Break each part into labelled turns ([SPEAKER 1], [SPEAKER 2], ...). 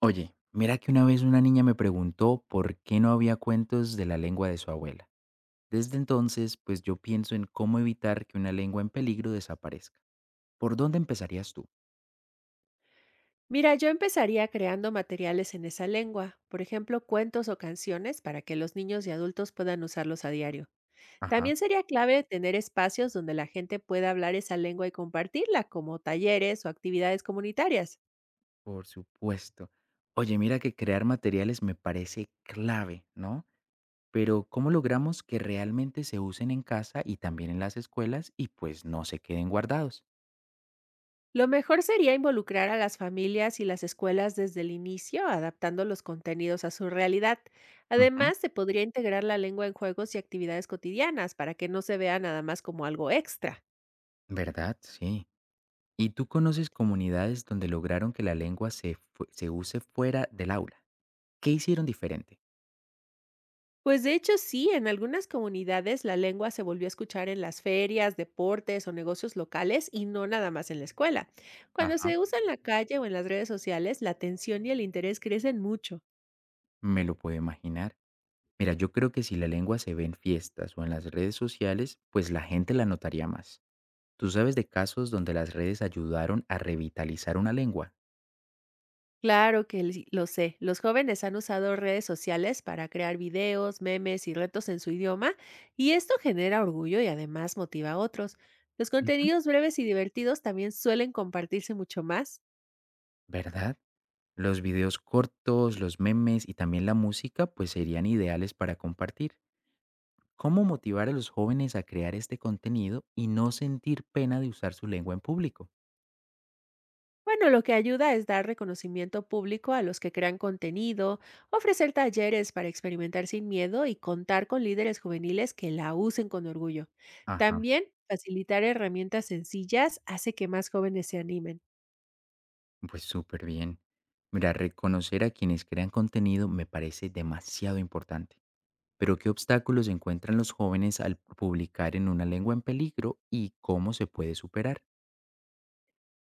[SPEAKER 1] Oye, mira que una vez una niña me preguntó por qué no había cuentos de la lengua de su abuela. Desde entonces, pues yo pienso en cómo evitar que una lengua en peligro desaparezca. ¿Por dónde empezarías tú?
[SPEAKER 2] Mira, yo empezaría creando materiales en esa lengua, por ejemplo, cuentos o canciones para que los niños y adultos puedan usarlos a diario.
[SPEAKER 1] Ajá.
[SPEAKER 2] También sería clave tener espacios donde la gente pueda hablar esa lengua y compartirla, como talleres o actividades comunitarias.
[SPEAKER 1] Por supuesto. Oye, mira que crear materiales me parece clave, ¿no? Pero ¿cómo logramos que realmente se usen en casa y también en las escuelas y pues no se queden guardados?
[SPEAKER 2] Lo mejor sería involucrar a las familias y las escuelas desde el inicio, adaptando los contenidos a su realidad.
[SPEAKER 1] Ujú.
[SPEAKER 2] Además, se podría integrar la lengua en juegos y actividades cotidianas para que no se vea nada más como algo extra.
[SPEAKER 1] ¿Verdad? Sí. ¿Y tú conoces comunidades donde lograron que la lengua se use fuera del aula? ¿Qué hicieron diferente?
[SPEAKER 2] Pues de hecho sí, en algunas comunidades la lengua se volvió a escuchar en las ferias, deportes o negocios locales y no nada más en la escuela. Cuando
[SPEAKER 1] Ajá.
[SPEAKER 2] se usa en la calle o en las redes sociales, la atención y el interés crecen mucho.
[SPEAKER 1] Me lo puedo imaginar. Mira, yo creo que si la lengua se ve en fiestas o en las redes sociales, pues la gente la notaría más. ¿Tú sabes de casos donde las redes ayudaron a revitalizar una lengua?
[SPEAKER 2] Claro que lo sé, los jóvenes han usado redes sociales para crear videos, memes y retos en su idioma y esto genera orgullo y además motiva a otros. Los
[SPEAKER 1] Ujú.
[SPEAKER 2] contenidos breves y divertidos también suelen compartirse mucho más.
[SPEAKER 1] ¿Verdad? Los videos cortos, los memes y también la música pues serían ideales para compartir. ¿Cómo motivar a los jóvenes a crear este contenido y no sentir pena de usar su lengua en público?
[SPEAKER 2] Bueno, lo que ayuda es dar reconocimiento público a los que crean contenido, ofrecer talleres para experimentar sin miedo y contar con líderes juveniles que la usen con orgullo.
[SPEAKER 1] Ajá.
[SPEAKER 2] También facilitar herramientas sencillas hace que más jóvenes se animen.
[SPEAKER 1] Pues súper bien. Mira, reconocer a quienes crean contenido me parece demasiado importante. Pero ¿qué obstáculos encuentran los jóvenes al publicar en una lengua en peligro y cómo se puede superar?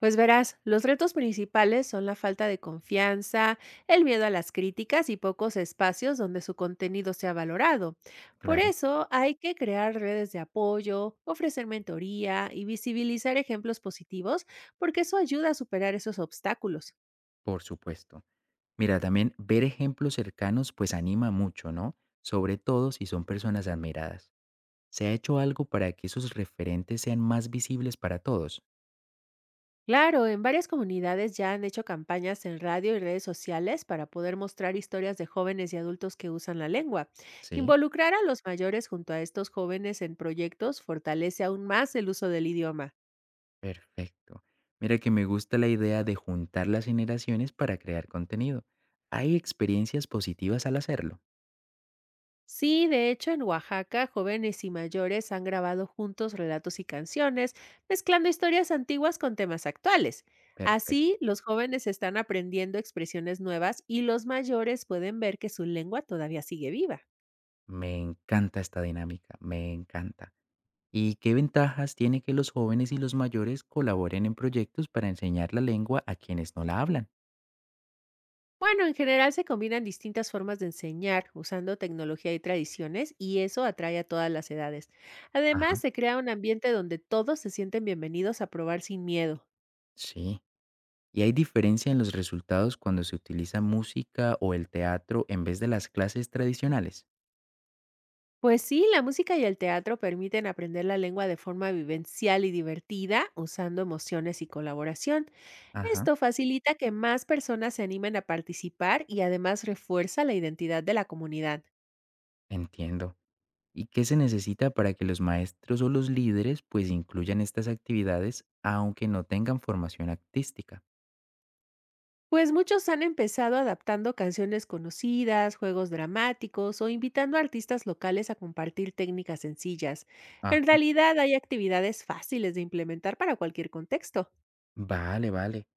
[SPEAKER 2] Pues verás, los retos principales son la falta de confianza, el miedo a las críticas y pocos espacios donde su contenido sea valorado. Por
[SPEAKER 1] Claro,
[SPEAKER 2] eso hay que crear redes de apoyo, ofrecer mentoría y visibilizar ejemplos positivos, porque eso ayuda a superar esos obstáculos.
[SPEAKER 1] por supuesto. Mira, también ver ejemplos cercanos pues anima mucho, ¿no? Sobre todo si son personas admiradas. ¿Se ha hecho algo para que esos referentes sean más visibles para todos?
[SPEAKER 2] Claro, en varias comunidades ya han hecho campañas en radio y redes sociales para poder mostrar historias de jóvenes y adultos que usan la lengua.
[SPEAKER 1] Sí.
[SPEAKER 2] Involucrar a los mayores junto a estos jóvenes en proyectos fortalece aún más el uso del idioma.
[SPEAKER 1] Perfecto. Mira que me gusta la idea de juntar las generaciones para crear contenido. ¿Hay experiencias positivas al hacerlo?
[SPEAKER 2] Sí, de hecho, en Oaxaca, jóvenes y mayores han grabado juntos relatos y canciones, mezclando historias antiguas con temas actuales.
[SPEAKER 1] Perfecto.
[SPEAKER 2] Así, los jóvenes están aprendiendo expresiones nuevas y los mayores pueden ver que su lengua todavía sigue viva.
[SPEAKER 1] Me encanta esta dinámica, me encanta. ¿Y qué ventajas tiene que los jóvenes y los mayores colaboren en proyectos para enseñar la lengua a quienes no la hablan?
[SPEAKER 2] Bueno, en general se combinan distintas formas de enseñar, usando tecnología y tradiciones, y eso atrae a todas las edades. Además,
[SPEAKER 1] Ajá,
[SPEAKER 2] se crea un ambiente donde todos se sienten bienvenidos a probar sin miedo.
[SPEAKER 1] sí. ¿Y hay diferencia en los resultados cuando se utiliza música o el teatro en vez de las clases tradicionales?
[SPEAKER 2] Pues sí, la música y el teatro permiten aprender la lengua de forma vivencial y divertida, usando emociones y colaboración.
[SPEAKER 1] Ajá,
[SPEAKER 2] Esto facilita que más personas se animen a participar y además refuerza la identidad de la comunidad.
[SPEAKER 1] entiendo. ¿Y qué se necesita para que los maestros o los líderes pues incluyan estas actividades aunque no tengan formación artística?
[SPEAKER 2] Pues muchos han empezado adaptando canciones conocidas, juegos dramáticos o invitando a artistas locales a compartir técnicas sencillas. En
[SPEAKER 1] Ajá.
[SPEAKER 2] realidad hay actividades fáciles de implementar para cualquier contexto.
[SPEAKER 1] Vale.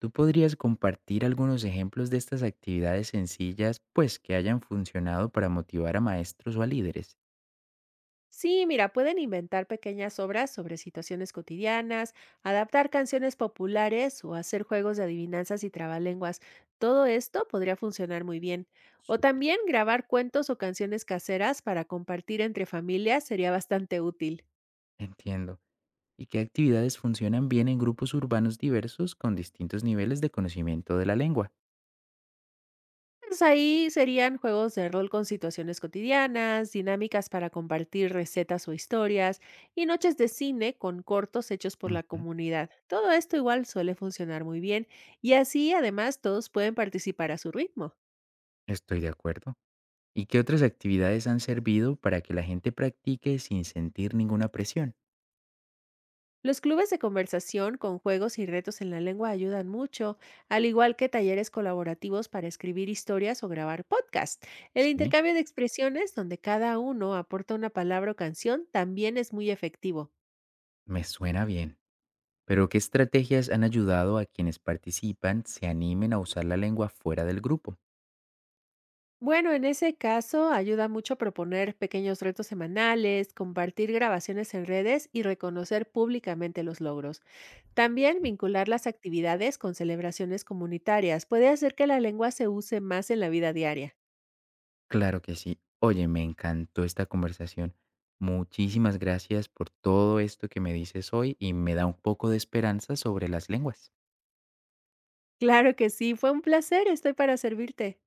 [SPEAKER 1] ¿Tú podrías compartir algunos ejemplos de estas actividades sencillas pues que hayan funcionado para motivar a maestros o a líderes?
[SPEAKER 2] Sí, mira, pueden inventar pequeñas obras sobre situaciones cotidianas, adaptar canciones populares o hacer juegos de adivinanzas y trabalenguas. Todo esto podría funcionar muy bien. O
[SPEAKER 1] Súper.
[SPEAKER 2] también grabar cuentos o canciones caseras para compartir entre familias sería bastante útil.
[SPEAKER 1] Entiendo. ¿Y qué actividades funcionan bien en grupos urbanos diversos con distintos niveles de conocimiento de la lengua?
[SPEAKER 2] Pues ahí serían juegos de rol con situaciones cotidianas, dinámicas para compartir recetas o historias y noches de cine con cortos hechos por la
[SPEAKER 1] Ujú.
[SPEAKER 2] comunidad. Todo esto igual suele funcionar muy bien y así además todos pueden participar a su ritmo.
[SPEAKER 1] Estoy de acuerdo. ¿Y qué otras actividades han servido para que la gente practique sin sentir ninguna presión?
[SPEAKER 2] Los clubes de conversación con juegos y retos en la lengua ayudan mucho, al igual que talleres colaborativos para escribir historias o grabar podcasts. El
[SPEAKER 1] Sí.
[SPEAKER 2] intercambio de expresiones, donde cada uno aporta una palabra o canción, también es muy efectivo.
[SPEAKER 1] Me suena bien. Pero ¿qué estrategias han ayudado a quienes participan se animen a usar la lengua fuera del grupo?
[SPEAKER 2] Bueno, en ese caso ayuda mucho proponer pequeños retos semanales, compartir grabaciones en redes y reconocer públicamente los logros. También
[SPEAKER 1] Sí.
[SPEAKER 2] vincular las actividades con celebraciones comunitarias puede hacer que la lengua se use más en la vida diaria.
[SPEAKER 1] Claro que sí. Oye, me encantó esta conversación. Muchísimas gracias por todo esto que me dices hoy y me da un poco de esperanza sobre las lenguas.
[SPEAKER 2] Claro que sí, fue un placer, estoy para servirte.